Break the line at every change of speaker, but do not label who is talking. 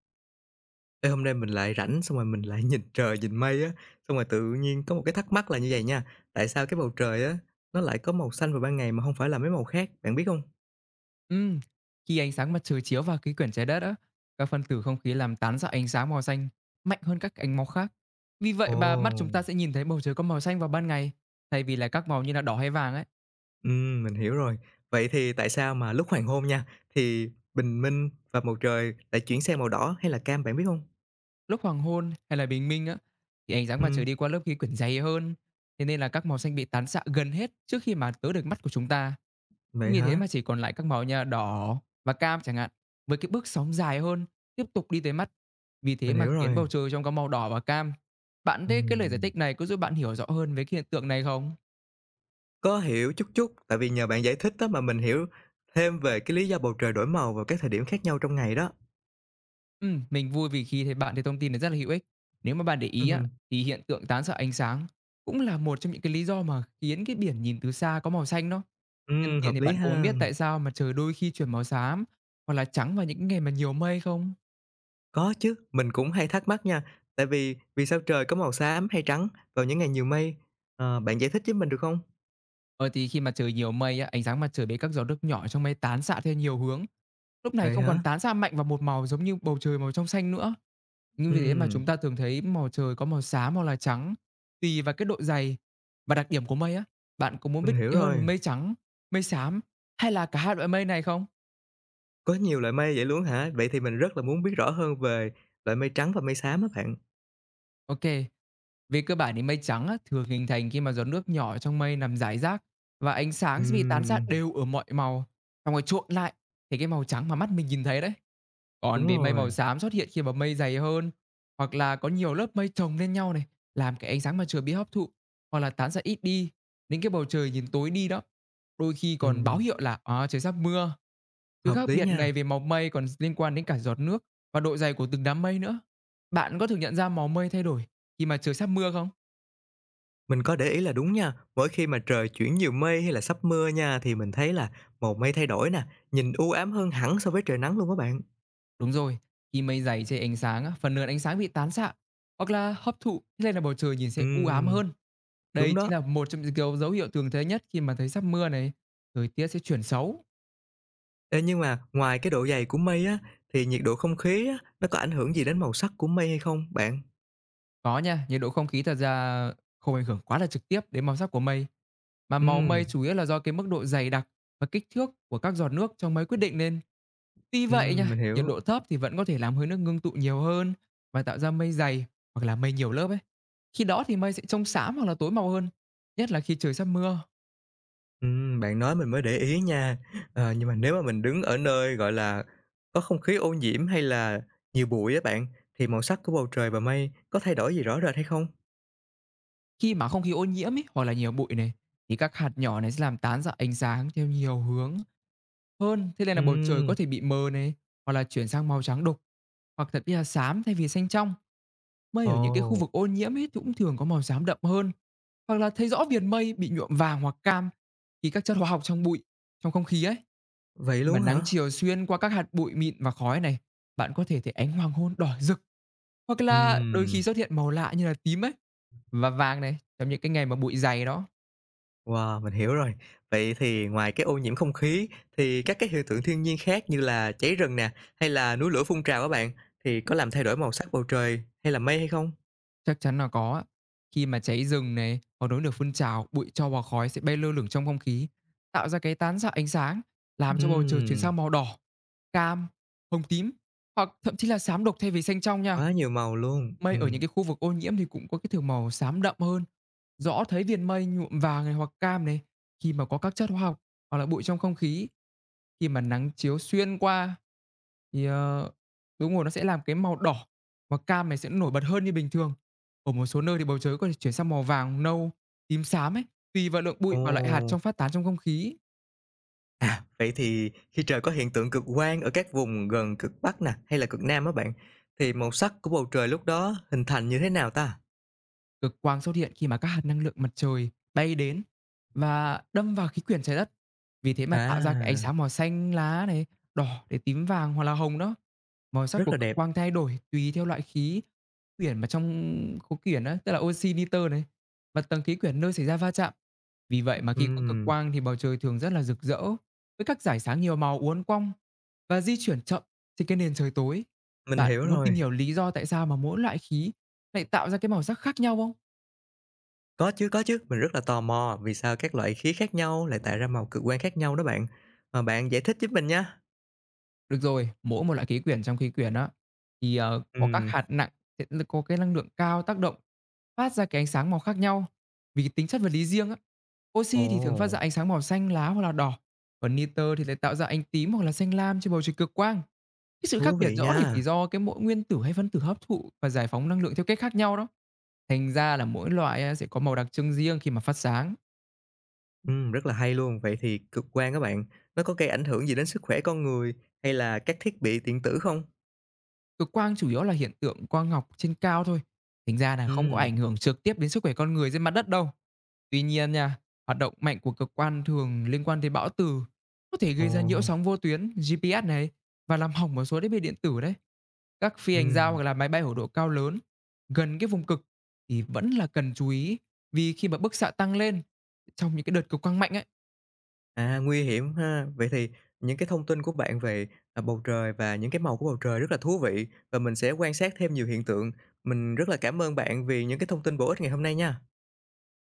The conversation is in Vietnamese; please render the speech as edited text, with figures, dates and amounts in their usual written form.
Ê, hôm nay mình lại rảnh xong rồi mình lại nhìn trời, nhìn mây á, xong rồi tự nhiên có một cái thắc mắc là như vậy nha, tại sao cái bầu trời á, nó lại có màu xanh vào ban ngày mà không phải là mấy màu khác, bạn biết không?
Ừm, Khi ánh sáng mặt trời chiếu vào khí quyển trái đất á, các phân tử không khí làm tán ra ánh sáng màu xanh mạnh hơn các ánh màu khác. Vì vậy mà mắt
Ồ!
chúng ta sẽ nhìn thấy bầu trời có màu xanh vào ban ngày, thay vì là các màu như là đỏ hay vàng ấy.
Mình hiểu rồi. Vậy thì tại sao mà lúc hoàng hôn nha, thì bình minh và bầu trời lại chuyển sang màu đỏ hay là cam bạn biết không?
Lúc hoàng hôn hay là bình minh á, thì ánh sáng mặt
Ừm,
trời đi qua lớp khí quyển dày hơn, thế nên là các màu xanh bị tán xạ gần hết trước khi mà tới được mắt của chúng ta.
vậy
Như thế
hả?
mà chỉ còn lại các màu như là đỏ và cam chẳng hạn, với cái bước sóng dài hơn tiếp tục đi tới mắt, vì thế
Mình
mà
hiểu
khiến
rồi.
bầu trời trông có màu đỏ và cam. Bạn thấy cái lời giải
Ừm.
thích này có giúp bạn hiểu rõ hơn về cái hiện tượng này không?
Có hiểu chút chút, tại vì nhờ bạn giải thích đó mà mình hiểu thêm về cái lý do bầu trời đổi màu vào các thời điểm khác nhau trong ngày đó.
Mình vui vì khi thấy bạn thấy thông tin này rất là hữu ích. Nếu mà bạn để ý á,
Ừm,
thì hiện tượng tán xạ ánh sáng cũng là một trong những cái lý do mà khiến cái biển nhìn từ xa có màu xanh đó. Nhân tiện
hợp
thì
lý
bạn có muốn
ha.
biết tại sao mà trời đôi khi chuyển màu xám hoặc là trắng vào những ngày mà nhiều mây không?
Có chứ, mình cũng hay thắc mắc nha, tại vì vì sao trời có màu xám hay trắng vào những ngày nhiều mây? Ờ, bạn giải thích với mình được không?
Ờ, thì khi mà trời nhiều mây á, ánh sáng mặt trời bị các giọt nước nhỏ trong mây tán xạ theo nhiều hướng, lúc này
Vậy
không còn
hả?
tán xạ mạnh vào một màu giống như bầu trời màu trong xanh nữa. Nhưng vì thế mà
Ừm,
chúng ta thường thấy màu trời có màu xám hoặc là trắng, tùy vào cái độ dày và đặc điểm của mây á. Bạn có muốn
mình
biết
hiểu
kỹ hơn về
rồi.
mây trắng, mây xám hay là cả hai loại mây này không?
Có nhiều loại mây vậy luôn hả? Vậy thì mình rất là muốn biết rõ hơn về loại mây trắng và mây xám á bạn.
Ok, về cơ bản thì mây trắng á, thường hình thành khi mà giọt nước nhỏ trong mây nằm rải rác và ánh sáng sẽ bị tán xạ
Ừm,
đều ở mọi màu, xong rồi trộn lại thì cái màu trắng mà mắt mình nhìn thấy đấy. Còn
đúng
về mây
rồi.
màu xám xuất hiện khi mà mây dày hơn, hoặc là có nhiều lớp mây chồng lên nhau này, làm cái ánh sáng mặt trời bị hấp thụ hoặc là tán ra ít đi, đến cái bầu trời nhìn tối đi đó. Đôi khi còn báo
Ừm,
hiệu là à, trời sắp mưa. Thứ
hợp
khác
lý
biệt
nha.
này về màu mây còn liên quan đến cả giọt nước và độ dày của từng đám mây nữa. Bạn có thường nhận ra màu mây thay đổi khi mà trời sắp mưa không?
Mình có để ý là đúng nha, mỗi khi mà trời chuyển nhiều mây hay là sắp mưa nha thì mình thấy là màu mây thay đổi nè, nhìn u ám hơn hẳn so với trời nắng luôn các bạn.
Đúng rồi, khi mây dày che ánh sáng á, phần lớn ánh sáng bị tán xạ hoặc là hấp thụ, thế nên là bầu trời nhìn sẽ u ám
Ừm,
hơn.
đúng
Đây
đó.
chính là một trong những dấu dấu hiệu thường thấy nhất khi mà thấy sắp mưa này, thời tiết sẽ chuyển xấu.
Ê, nhưng mà ngoài cái độ dày của mây á, thì nhiệt độ không khí á, nó có ảnh hưởng gì đến màu sắc của mây hay không bạn?
Có nha, nhiệt độ không khí thật ra không ảnh hưởng quá là trực tiếp đến màu sắc của mây, mà màu
Ừm,
mây chủ yếu là do cái mức độ dày đặc và kích thước của các giọt nước trong mây quyết định nên. Tuy vậy
mình
nha, nhiệt
hiểu.
độ thấp thì vẫn có thể làm hơi nước ngưng tụ nhiều hơn và tạo ra mây dày hoặc là mây nhiều lớp ấy. Khi đó thì mây sẽ trông xám hoặc là tối màu hơn, nhất là khi trời sắp mưa.
Bạn nói mình mới để ý nha. Ờ, nhưng mà nếu mà mình đứng ở nơi, gọi là, có không khí ô nhiễm hay là nhiều bụi á bạn, thì màu sắc của bầu trời và mây có thay đổi gì rõ rệt hay không?
Khi mà không khí ô nhiễm ấy, hoặc là nhiều bụi này, thì các hạt nhỏ này sẽ làm tán ra ánh sáng theo nhiều hướng hơn, thế nên là bầu trời có
Ừm,
thể bị mờ này, hoặc là chuyển sang màu trắng đục, hoặc thậm chí là xám thay vì xanh trong. Mây ở những cái khu
ồ,
vực ô nhiễm ấy thì cũng thường có màu xám đậm hơn, hoặc là thấy rõ viền mây bị nhuộm vàng hoặc cam khi các chất hóa học trong bụi, trong không khí ấy,
vậy
khi mà
luôn
nắng
hả?
chiều xuyên qua các hạt bụi mịn và khói này, bạn có thể thấy ánh hoàng hôn đỏ rực, hoặc là đôi khi
Ừm.
xuất hiện màu lạ như là tím ấy và vàng này trong những cái ngày mà bụi dày đó.
Wow, mình hiểu rồi. Vậy thì ngoài cái ô nhiễm không khí thì các cái hiện tượng thiên nhiên khác như là cháy rừng nè, hay là núi lửa phun trào các bạn, thì có làm thay đổi màu sắc bầu trời hay là mây hay không?
Chắc chắn là có ạ. Khi mà cháy rừng này, hoặc núi được phun trào, bụi tro và khói sẽ bay lơ lửng trong không khí, tạo ra cái tán xạ ánh sáng, làm cho bầu trời chuyển
Ừm,
sang màu đỏ, cam, hồng, tím, hoặc thậm chí là xám đục thay vì xanh trong nha.
quá nhiều màu luôn.
Mây ở
Ừm.
những cái khu vực ô nhiễm thì cũng có cái thường màu xám đậm hơn, rõ thấy viền mây nhuộm vàng này hoặc cam này khi mà có các chất hóa học hoặc là bụi trong không khí. Khi mà nắng chiếu xuyên qua thì, đúng rồi, nó sẽ làm cái màu đỏ và cam này sẽ nổi bật hơn như bình thường. Ở một số nơi thì bầu trời có thể chuyển sang màu vàng, nâu, tím xám ấy, tùy vào lượng
Ồ.
bụi và loại hạt trong phát tán trong không khí.
À, vậy thì khi trời có hiện tượng cực quang ở các vùng gần cực Bắc nè, hay là cực Nam á bạn, thì màu sắc của bầu trời lúc đó hình thành như thế nào ta?
Cực quang xuất hiện khi mà các hạt năng lượng mặt trời bay đến và đâm vào khí quyển trái đất. Vì thế mà tạo ra cái ánh
À,
sáng màu xanh lá này, đỏ để tím vàng hoặc là hồng đó. Màu sắc
rất
của
là
cực
đẹp.
quang thay đổi tùy theo loại khí quyển mà trong khối quyển đó, tức là oxy, nitơ này, và tầng khí quyển nơi xảy ra va chạm. Vì vậy mà khi có cực
Ừm,
quang thì bầu trời thường rất là rực rỡ với các dải sáng nhiều màu uốn cong và di chuyển chậm trên cái nền trời tối.
mình
Bạn
hiểu
có muốn tìm
rồi.
hiểu lý do tại sao mà mỗi loại khí lại tạo ra cái màu sắc khác nhau không?
Có chứ, mình rất là tò mò vì sao các loại khí khác nhau lại tạo ra màu cực quang khác nhau đó bạn. Mà bạn giải thích giúp mình nha.
Được rồi, mỗi một loại khí quyển trong khí quyển á, thì, có các
Ừm,
hạt nặng sẽ có cái năng lượng cao tác động, phát ra cái ánh sáng màu khác nhau vì cái tính chất vật lý riêng á.
ồ,
Oxy thì thường phát ra ánh sáng màu xanh lá hoặc là đỏ, còn nitơ thì lại tạo ra ánh tím hoặc là xanh lam trên bầu trời cực quang. Cái sự
thú
khác biệt
vị
rõ này thì
nha.
do cái mỗi nguyên tử hay phân tử hấp thụ và giải phóng năng lượng theo cách khác nhau đó. Thành ra là mỗi loại á sẽ có màu đặc trưng riêng khi mà phát sáng.
Rất là hay luôn. Vậy thì cực quang các bạn, nó có gây ảnh hưởng gì đến sức khỏe con người hay là các thiết bị điện tử không?
Cực quang chủ yếu là hiện tượng quang học trên cao thôi, thành ra là không có
Ừm,
ảnh hưởng trực tiếp đến sức khỏe con người trên mặt đất đâu. Tuy nhiên nha, hoạt động mạnh của cực quan thường liên quan tới bão từ, có thể
ồ,
gây ra nhiễu sóng vô tuyến, GPS này, và làm hỏng một số thiết bị điện tử đấy. Các phi hành gia
ừm,
hoặc là máy bay ở độ cao lớn gần cái vùng cực thì vẫn là cần chú ý vì khi mà bức xạ tăng lên trong những cái đợt cực quang mạnh ấy
à, nguy hiểm ha. Vậy thì những cái thông tin của bạn về, à, bầu trời và những cái màu của bầu trời rất là thú vị và mình sẽ quan sát thêm nhiều hiện tượng. Mình rất là cảm ơn bạn vì những cái thông tin bổ ích ngày hôm nay nha.